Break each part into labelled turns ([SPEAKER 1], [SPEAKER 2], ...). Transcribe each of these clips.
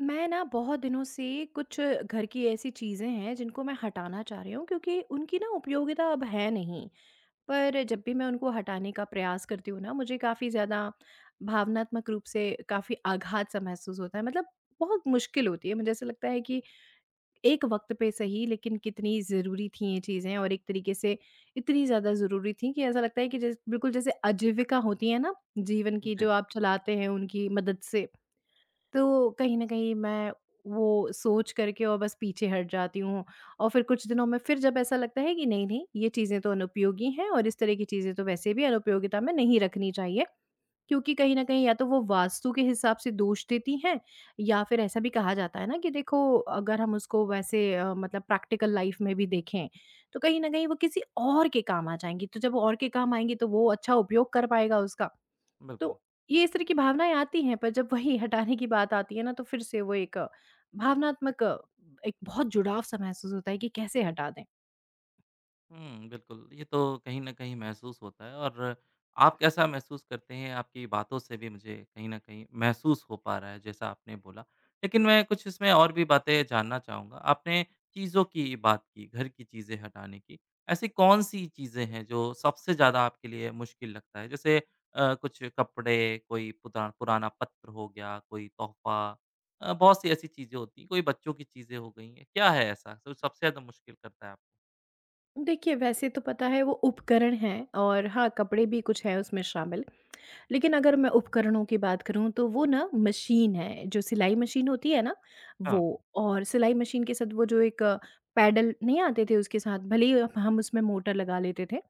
[SPEAKER 1] मैं ना बहुत दिनों से कुछ घर की ऐसी चीज़ें हैं जिनको मैं हटाना चाह रही हूँ क्योंकि उनकी ना उपयोगिता अब है नहीं। पर जब भी मैं उनको हटाने का प्रयास करती हूँ ना मुझे काफ़ी ज़्यादा भावनात्मक रूप से काफ़ी आघात-सा महसूस होता है। मतलब बहुत मुश्किल होती है, मुझे ऐसा लगता है कि एक वक़्त पे सही, लेकिन कितनी ज़रूरी थी ये चीज़ें। और एक तरीके से इतनी ज़्यादा ज़रूरी थी कि ऐसा लगता है कि जैस बिल्कुल जैसे आजीविका होती है ना जीवन की,
[SPEAKER 2] जी,
[SPEAKER 1] जो आप चलाते हैं उनकी मदद से। तो कहीं न कहीं मैं वो सोच करके और बस पीछे हट जाती हूँ। और फिर कुछ दिनों में फिर जब ऐसा लगता है कि नहीं, नहीं ये चीज़ें तो अनुपयोगी हैं और इस तरह की चीज़ें तो वैसे भी अनुपयोगिता में नहीं रखनी चाहिए। क्योंकि कहीं न कहीं या तो वो वास्तु के हिसाब से दोष देती हैं, या फिर ऐसा भी कहा जाता है ना कि देखो, अगर हम उसको वैसे मतलब प्रैक्टिकल लाइफ़ में भी देखें, तो कहीं न कहीं वो किसी और के काम आ जाएँगी। तो जब वो और के काम आएँगी तो वो अच्छा उपयोग कर पाएगा उसका। तो
[SPEAKER 2] बिल्कुल।
[SPEAKER 1] ये इस तरह की भावनाएँ आती हैं, पर जब वही हटाने की बात आती है ना, तो फिर से वो एक भावनात्मक एक बहुत जुड़ाव-सा महसूस होता है कि कैसे हटा दें।
[SPEAKER 2] हुँ, बिल्कुल। ये तो कहीं न कहीं महसूस होता है और आप कैसा महसूस करते हैं? आपकी बातों से भी मुझे कहीं न कहीं महसूस हो पा रहा है, जैसा आपने बोला। लेकिन मैं कुछ इसमें और भी बातें जानना चाहूँगा। आपने चीज़ों की बात की, घर की चीज़ें हटाने की। ऐसी कौन-सी चीज़ें हैं जो सबसे ज़्यादा आपके लिए मुश्किल लगता है? जैसे कुछ कपड़े, कोई पुदा पुराना पत्र हो गया, कोई तोहफ़ा, बहुत सी ऐसी चीज़ें होती हैं, कोई बच्चों की चीज़ें हो गई हैं। क्या है ऐसा जो सबसे ज़्यादा मुश्किल करता है आपको?
[SPEAKER 1] देखिए, वैसे तो पता है वो उपकरण हैं, और हाँ, कपड़े भी कुछ हैं उसमें शामिल। लेकिन अगर मैं उपकरणों की बात करूँ तो वो ना मशीन है, जो सिलाई मशीन होती है ना,
[SPEAKER 2] हाँ,
[SPEAKER 1] वो। और सिलाई मशीन के साथ वो जो एक पैडल नहीं आते थे उसके साथ, भले ही हम उसमें मोटर लगा लेते थे।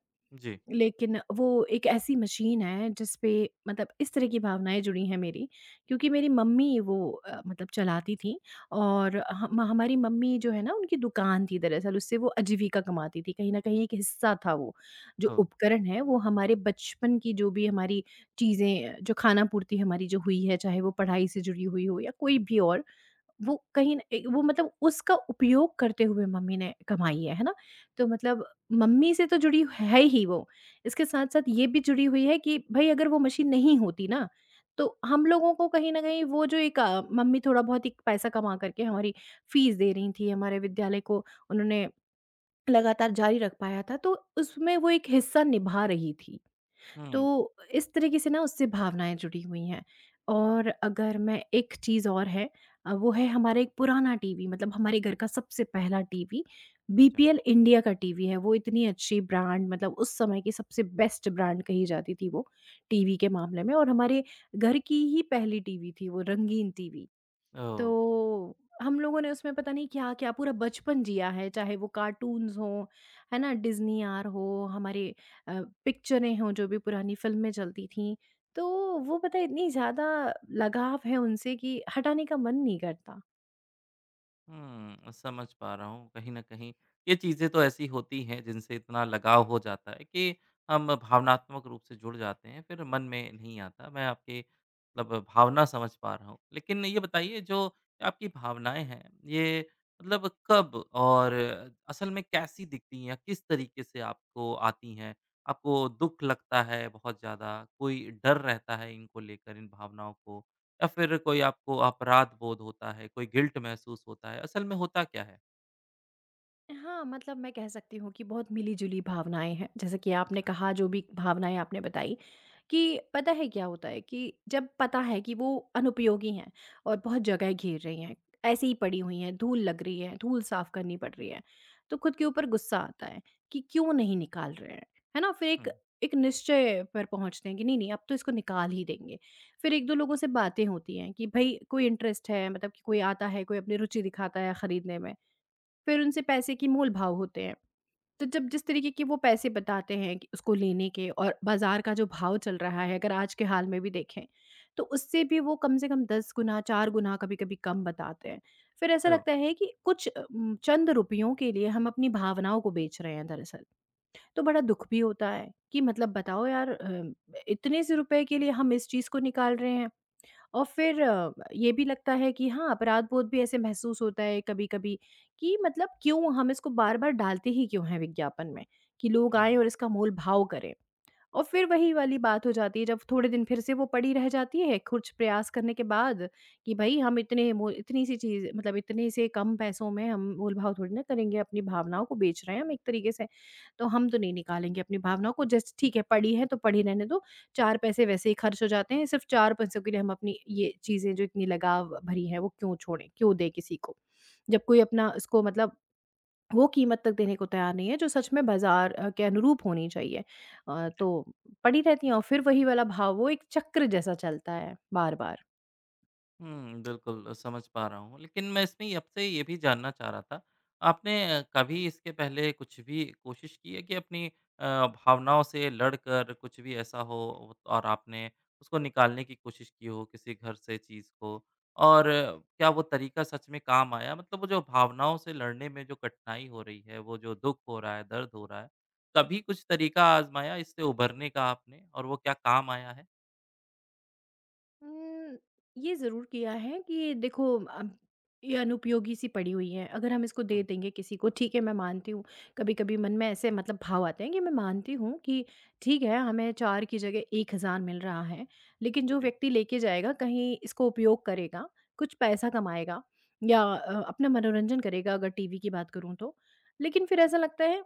[SPEAKER 2] जी।
[SPEAKER 1] लेकिन वो एक ऐसी मशीन है जिस पे मतलब इस तरह की भावनाएँ जुड़ी हैं मेरी, क्योंकि मेरी मम्मी वो मतलब चलाती थीं। और हम हमारी मम्मी जो है ना उनकी दुकान थी दरअसल, उससे वो आजीविका कमाती थी। कहीं न कहीं एक हिस्सा था वो, जो
[SPEAKER 2] ओह!
[SPEAKER 1] उपकरण है, वो हमारे बचपन की जो भी हमारी चीज़ें, जो खाना-पूर्ति हमारी जो हुई है, चाहे वो पढ़ाई से जुड़ी हुई हो या कोई भी और, वो कहीं न ए वो मतलब उसका उपयोग करते हुए मम्मी ने कमाई है ना? तो मतलब मम्मी से तो जुड़ी है ही वो। इसके साथ-साथ ये भी जुड़ी हुई है कि भई अगर वो मशीन नहीं होती ना, तो हम लोगों को कहीं न कहीं वो जो एक मम्मी थोड़ा बहुत एक पैसा कमा कर के हमारी फीस दे रही थी, हमारे विद्यालय को उन्होंने लगातार जारी रख पाया था, तो उसमें वो एक हिस्सा निभा रही थी।
[SPEAKER 2] हुँ,
[SPEAKER 1] तो इस तरीके से ना उससे भावनाएँ जुड़ी हुई हैं। और अगर मैं, एक चीज़ और है वो है हमारा एक पुराना टीवी, मतलब हमारे घर का सबसे पहला टीवी।
[SPEAKER 2] अच्छा।
[SPEAKER 1] बीपीएल इंडिया का टीवी है। वो इतनी अच्छी ब्रांड, मतलब उस समय की सबसे बेस्ट ब्रांड कही जाती थी वो टीवी के मामले में, और हमारे घर की ही पहली टीवी थी वो, रंगीन टीवी।
[SPEAKER 2] ओह!
[SPEAKER 1] तो हम लोगों ने उसमें पता नहीं क्या-क्या पूरा बचपन जिया है, चाहे वो कार्टून्स हों, है ना? डिज़्नी आर हो, हमारे पिक्चरें हों, जो भी पुरानी फ़िल्में चलती थीं, तो वो पता है इतनी ज़्यादा लगाव है उनसे कि हटाने का मन नहीं करता।
[SPEAKER 2] हुँ, समझ पा रहा हूँ। कहीं न कहीं ये चीज़ें तो ऐसी होती हैं जिनसे इतना लगाव हो जाता है कि हम भावनात्मक रूप से जुड़ जाते हैं, फिर मन में नहीं आता। मैं आपकी मतलब भावना समझ पा रहा हूँ। लेकिन ये बताइए जो आपकी भावनाएँ हैं, ये मतलब कब और असल में कैसी दिखती हैं या किस तरीके से आपको आती हैं? आपको दुःख लगता है बहुत ज़्यादा? कोई डर रहता है इनको लेकर, इन भावनाओं को? या फिर कोई आपको अपराध बोध होता है, कोई गिल्ट महसूस होता है, असल में होता क्या है?
[SPEAKER 1] हाँ, मतलब मैं कह सकती हूँ कि बहुत मिली-जुली भावनाएँ हैं, जैसे कि आपने
[SPEAKER 2] अच्छा।
[SPEAKER 1] कहा जो भी भावनाएँ आपने बताई कि पता है क्या होता है कि जब पता है कि वो अनुपयोगी हैं और बहुत जगह घेर रही हैं, ऐसे ही पड़ी हुई हैं, धूल लग रही है, धूल साफ करनी पड़ रही है, तो खुद के ऊपर गुस्सा आता है कि क्यों नहीं निकाल रहे हैं, है ना? फिर एक
[SPEAKER 2] हुँ।
[SPEAKER 1] एक निश्चय पर पहुँचते हैं कि नहीं, नहीं अब तो इसको निकाल ही देंगे। फिर 1-2 लोगों से बातें होती हैं कि भई कोई इंटरेस्ट है, मतलब कि कोई आता है, कोई अपनी रुचि दिखाता है खरीदने में। फिर उनसे पैसे की मोल-भाव होते हैं। तो जब जिस तरीके के वो पैसे बताते हैं कि उसको लेने के, और बाज़ार का जो भाव चल रहा है, अगर आज के हाल में भी देखें, तो उससे भी वो कम से कम 10 गुना, 4 गुना कभी-कभी कम बताते हैं। फिर ऐसा
[SPEAKER 2] ओह!
[SPEAKER 1] लगता है कि कुछ चंद रुपयों के लिए हम अपनी भावनाओं को बेच रहे हैं दरअसल। तो बड़ा दुःख भी होता है कि मतलब बताओ यार, इतने से रुपए के लिए हम इस चीज़ को निकाल रहे हैं। और फिर ये भी लगता है कि हाँ, अपराध-बोध भी ऐसे महसूस होता है कभी-कभी कि मतलब क्यों हम इसको बार-बार डालते ही क्यों हैं विज्ञापन में, कि लोग आएँ
[SPEAKER 2] हुँ।
[SPEAKER 1] और इसका मोल-भाव करें। और फिर वही वाली बात हो जाती है जब थोड़े दिन फिर से वो पड़ी रह जाती है कुछ प्रयास करने के बाद, कि भाई हम इतने मो इतनी सी चीज़, मतलब इतने से कम पैसों में हम मोल-भाव थोड़ी ना करेंगे, अपनी भावनाओं को बेच रहे हैं हम एक तरीके से। तो हम तो नहीं निकालेंगे अपनी भावनाओं को, जस्ट ठीक है पड़ी है तो पड़ी रहने दो। 4 पैसे वैसे ही खर्च हो जाते हैं, सिर्फ़ 4 पैसों के लिए हम अपनी ये चीज़ें जो इतनी लगाव भरी हैं वो क्यों छोड़ें, क्यों दें किसी को? जब कोई अपना उसको मतलब वो कीमत तक देने को तैयार नहीं है जो सच में बाज़ार के अनुरूप होनी चाहिए। तो पड़ी रहती हैं, और फिर वही वाला भाव, वो एक चक्र जैसा चलता है बार-बार।
[SPEAKER 2] हुँ, बिल्कुल समझ पा रहा हूँ। लेकिन मैं इसमें आपसे ये भी जानना चाह रहा था, आपने कभी इसके पहले कुछ भी कोशिश की है कि अपनी अ, भावनाओं से लड़कर कुछ भी ऐसा हो और आपने उसको निकालने की कोशिश की हो किसी घर से चीज़ को? और क्या वो तरीका सच में काम आया? मतलब वो जो भावनाओं से लड़ने में जो कठिनाई हो रही है, वो जो दुःख हो रहा है, दर्द हो रहा है, कभी कुछ तरीका आज़माया इससे उभरने का आपने और वो क्या काम आया है?
[SPEAKER 1] उम, ये ज़रूर किया है कि देखो, अब ये अनुपयोगी सी पड़ी हुई है, अगर हम इसको दे
[SPEAKER 2] हुँ,
[SPEAKER 1] देंगे किसी को, ठीक है मैं मानती हूँ। कभी-कभी मन में ऐसे मतलब भाव आते हैं कि मैं मानती हूँ कि ठीक है, हमें 4 की जगह 1,000 मिल रहा है, लेकिन जो
[SPEAKER 2] जी,
[SPEAKER 1] व्यक्ति लेके जाएगा कहीं इसको उपयोग करेगा, कुछ पैसा कमाएगा या अपना मनोरंजन करेगा अगर टीवी की बात करूँ तो। लेकिन फिर ऐसा लगता है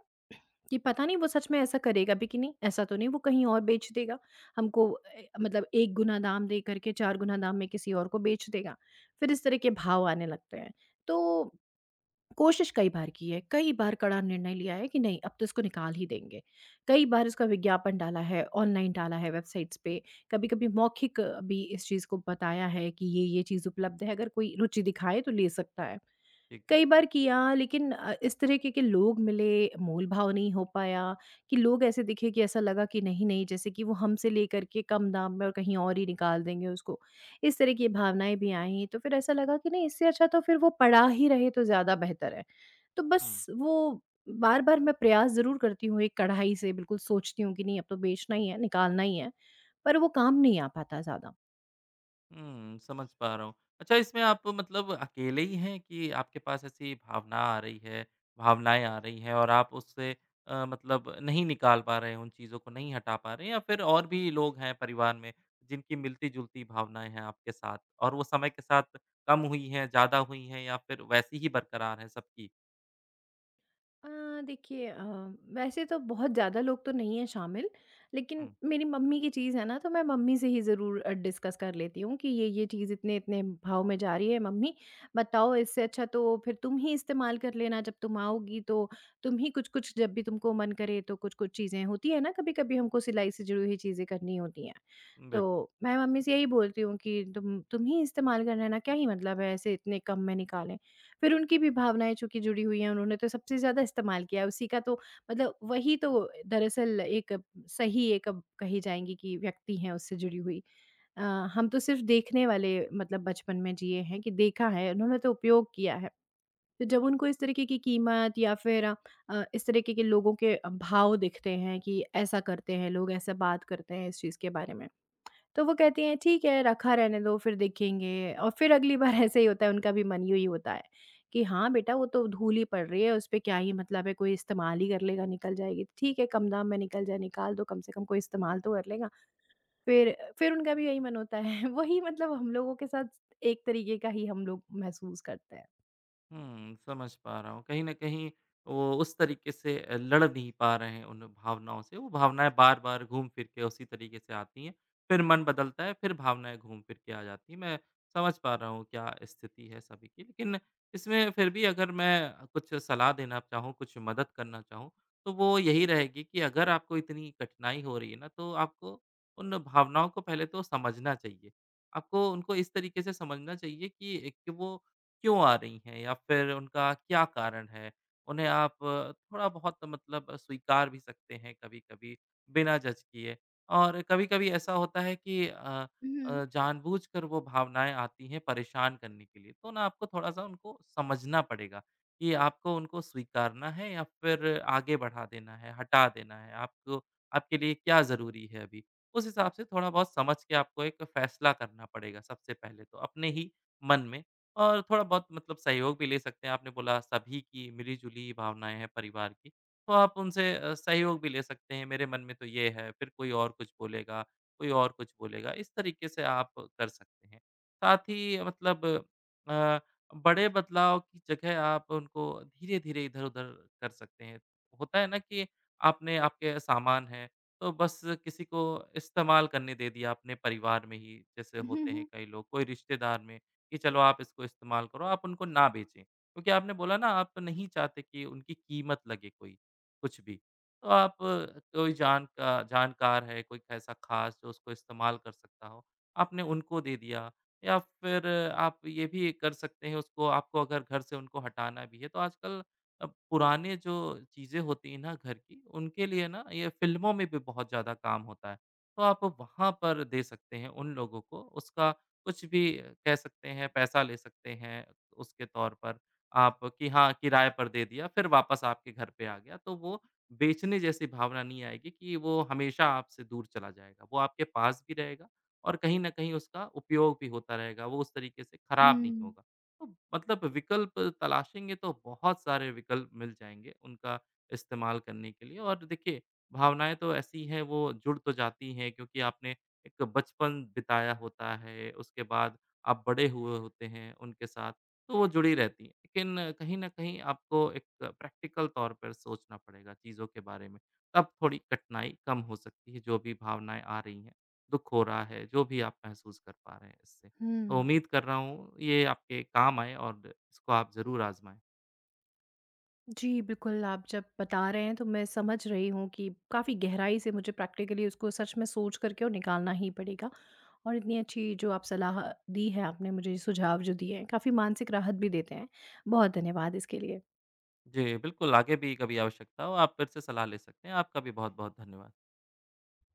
[SPEAKER 1] कि पता नहीं वो सच में ऐसा करेगा भी कि नहीं, ऐसा तो नहीं वो कहीं और बेच देगा। हमको मतलब 1 गुना दाम दे करके 4 गुना दाम में किसी और को बेच देगा। फिर इस तरह के भाव आने लगते हैं। तो कोशिश कई बार की है, कई बार कड़ा निर्णय लिया है कि नहीं अब तो इसको निकाल ही देंगे। कई बार इसका विज्ञापन डाला है, ऑनलाइन डाला है वेबसाइट्स पे, कभी-कभी मौखिक भी इस चीज़ को बताया है कि ये चीज़ उपलब्ध है, अगर कोई रुचि दिखाए तो ले सकता है।
[SPEAKER 2] ठीक है।
[SPEAKER 1] कई बार किया, लेकिन इस तरीके के लोग मिले, मोल-भाव नहीं हो पाया, कि लोग ऐसे दिखे कि ऐसा लगा कि नहीं-नहीं, जैसे कि वो हमसे लेकर के कम दाम में और कहीं और ही निकाल देंगे उसको। इस तरह की भावनाएँ भी आईं, तो फिर ऐसा लगा कि नहीं, इससे अच्छा तो फिर वो पड़ा ही रहे तो ज़्यादा बेहतर है। तो
[SPEAKER 2] हुँ।
[SPEAKER 1] बस वो बार-बार मैं प्रयास ज़रूर करती हूँ, एक कढ़ाई से बिल्कुल सोचती हूँ कि नहीं अब तो बेचना ही है, निकालना ही है, पर वो काम नहीं आ पाता ज़्यादा।
[SPEAKER 2] हुँ, समझ पा रहा हूँ। अच्छा इसमें आप मतलब अकेले ही हैं कि आपके पास ऐसी भावना आ रही है भावनाएँ आ रही हैं और आप उससे मतलब नहीं निकाल पा रहे हैं, उन चीज़ों को नहीं हटा पा रहे हैं या फिर और भी लोग हैं परिवार में जिनकी मिलती-जुलती भावनाएँ हैं आपके साथ और वो समय के साथ कम हुई हैं, ज़्यादा हुई हैं या फिर वैसी ही बरकरार हैं सबकी?
[SPEAKER 1] अ, देखिए, वैसे तो बहुत ज़्यादा लोग तो नहीं हैं शामिल, लेकिन
[SPEAKER 2] हुँ,
[SPEAKER 1] मेरी मम्मी की चीज़ है ना तो मैं मम्मी से ही ज़रूर डिस्कस कर लेती हूँ कि ये-ये चीज़ इतने-इतने भाव में जा रही है मम्मी, बताओ, इससे अच्छा तो फिर तुम ही इस्तेमाल कर लेना जब तुम आओगी तो, तुम ही कुछ-कुछ जब भी तुमको मन करे तो। कुछ-कुछ चीज़ें होती है ना, कभी-कभी हमको सिलाई से जुड़ी हुई चीज़ें करनी होती हैं। तो
[SPEAKER 2] बिल्कुल।
[SPEAKER 1] मैं मम्मी से यही बोलती हूँ कि तुम ही इस्तेमाल कर लेना, क्या ही मतलब है ऐसे इतने कम में निकालें। फिर उनकी भी भावनाएँ चूँकि जुड़ी हुई हैं, उन्होंने तो सबसे ज़्यादा इस्तेमाल किया है उसी का, तो मतलब वही तो दरअसल एक सही एक, अब कही जाएँगी कि व्यक्ति हैं उससे जुड़ी हुई। अ, हम तो सिर्फ़ देखने वाले मतलब बचपन में जिए हैं कि देखा है, उन्होंने तो उपयोग किया है। तो जब उनको इस तरीके की कीमत या फिर इस तरीके के लोगों के भाव दिखते हैं कि ऐसा करते हैं लोग, ऐसा बात करते हैं इस चीज़ के बारे में। तो वो कहती हैं ठीक है, रखा रहने दो फिर देखेंगे। और फिर अगली बार ऐसे ही होता है, उनका भी मन यही होता है कि हाँ बेटा, वो तो धूल ही पड़ रही है उस पे, क्या ही मतलब है, कोई इस्तेमाल ही कर लेगा, निकल जाएगी, ठीक है कम दाम में निकल जाए, निकाल दो, कम से कम कोई इस्तेमाल तो कर लेगा। फिर उनका भी यही मन होता है वही मतलब, हम लोगों के साथ एक तरीके का ही हम लोग महसूस करते हैं।
[SPEAKER 2] हुँ, समझ पा रहा हूँ। कहीं न कहीं वो उस तरीके से लड़ नहीं पा रहे हैं उन भावनाओं से। वो भावनाएँ बार-बार घूम फिर के उसी तरीके से आती हैं, फिर मन बदलता है, फिर भावनाएँ घूम फिर के आ जाती हैं। मैं समझ पा रहा हूँ क्या स्थिति है सभी की। लेकिन इसमें फिर भी अगर मैं कुछ सलाह देना चाहूँ, कुछ मदद करना चाहूँ, तो वो यही रहेगी कि अगर आपको इतनी कठिनाई हो रही है ना, तो आपको उन भावनाओं को पहले तो समझना चाहिए। आपको उनको इस तरीके से समझना चाहिए कि एक वो क्यों आ रही हैं या फिर उनका क्या कारण है? उन्हें आप थोड़ा बहुत मतलब स्वीकार भी सकते हैं कभी-कभी बिना जज किए। और कभी-कभी ऐसा होता है कि
[SPEAKER 1] हम्म।
[SPEAKER 2] जानबूझकर वो भावनाएँ आती हैं परेशान करने के लिए, तो ना आपको थोड़ा-सा उनको समझना पड़ेगा कि आपको उनको स्वीकारना है या फिर आगे बढ़ा देना है, हटा देना है, आपको आपके लिए क्या ज़रूरी है अभी? उस हिसाब से थोड़ा बहुत समझ के आपको एक फैसला करना पड़ेगा सबसे पहले तो अपने ही मन में और थोड़ा बहुत मतलब सहयोग भी ले सकते हैं। आपने बोला सभी की मिली-जुली भावनाएँ हैं परिवार की, तो आप उनसे सहयोग भी ले सकते हैं, मेरे मन में तो ये है, फिर कोई और कुछ बोलेगा, कोई और कुछ बोलेगा, इस तरीके से आप कर सकते हैं। साथ ही मतलब अ, बड़े बदलाव की जगह आप उनको धीरे-धीरे इधर-उधर कर सकते हैं। होता है ना कि आपने आपके सामान हैं, तो बस किसी को इस्तेमाल करने दे दिया अपने परिवार में ही, जैसे
[SPEAKER 1] हम्म।
[SPEAKER 2] होते हैं
[SPEAKER 1] हम्म।
[SPEAKER 2] कई लोग, कोई रिश्तेदार में कि चलो आप इसको इस्तेमाल करो, आप उनको ना बेचें। क्योंकि आपने बोला ना आप तो नहीं चाहते कि उनकी कीमत लगे कोई, कुछ भी। तो आप कोई जान का जानकार है, कोई ऐसा ख़ास जो उसको इस्तेमाल कर सकता हो, आपने उनको दे दिया या फिर आप ये भी कर सकते हैं उसको आपको अगर घर से उनको हटाना भी है, तो आजकल पुराने जो चीज़ें होती हैं ना घर की, उनके लिए ना ये फ़िल्मों में भी बहुत ज़्यादा काम होता है। तो आप वहाँ पर दे सकते हैं उन लोगों को, उसका कुछ भी कह सकते हैं, पैसा ले सकते हैं उसके तौर पर आप कि हाँ, किराए पर दे दिया फिर वापस आपके घर पे आ गया, तो वो बेचने जैसी भावना नहीं आएगी कि वो हमेशा आपसे दूर चला जाएगा। वो आपके पास भी रहेगा और कहीं न कहीं उसका उपयोग भी होता रहेगा, वो उस तरीके से खराब नहीं
[SPEAKER 1] हम्म।
[SPEAKER 2] होगा। तो मतलब विकल्प तलाशेंगे तो बहुत सारे विकल्प मिल जाएँगे उनका इस्तेमाल करने के लिए और देखिए भावनाएँ तो ऐसी हैं वो जुड़ तो जाती हैं क्योंकि आपने एक बचपन बिताया होता है, उसके बाद आप बड़े हुए होते हैं उनके साथ, तो वो जुड़ी रहती हैं। लेकिन कहीं न कहीं आपको एक प्रैक्टिकल तौर पर सोचना पड़ेगा चीज़ों के बारे में, तब थोड़ी कठिनाई कम हो सकती है, जो भी भावनाएँ आ रही हैं, दुःख हो रहा है, जो भी आप महसूस कर पा रहे हैं इससे। तो
[SPEAKER 1] हम्म।
[SPEAKER 2] उम्मीद कर रहा हूँ, ये आपके काम आए और इसको आप ज़रूर आज़माएँ।
[SPEAKER 1] जी, बिल्कुल, आप जब बता रहे हैं तो मैं समझ रही हूँ कि काफ़ी गहराई से मुझे प्रैक्टिकली उसको सच में सोच करके और निकालना ही पड़ेगा। और इतनी अच्छी जो आप सलाह दी है, आपने मुझे सुझाव जो दिए हैं, काफ़ी मानसिक राहत भी देते हैं। बहुत धन्यवाद इसके लिए।
[SPEAKER 2] जी, बिल्कुल, आगे भी कभी आवश्यकता हो, आप फिर से सलाह ले सकते हैं। आपका भी बहुत-बहुत धन्यवाद।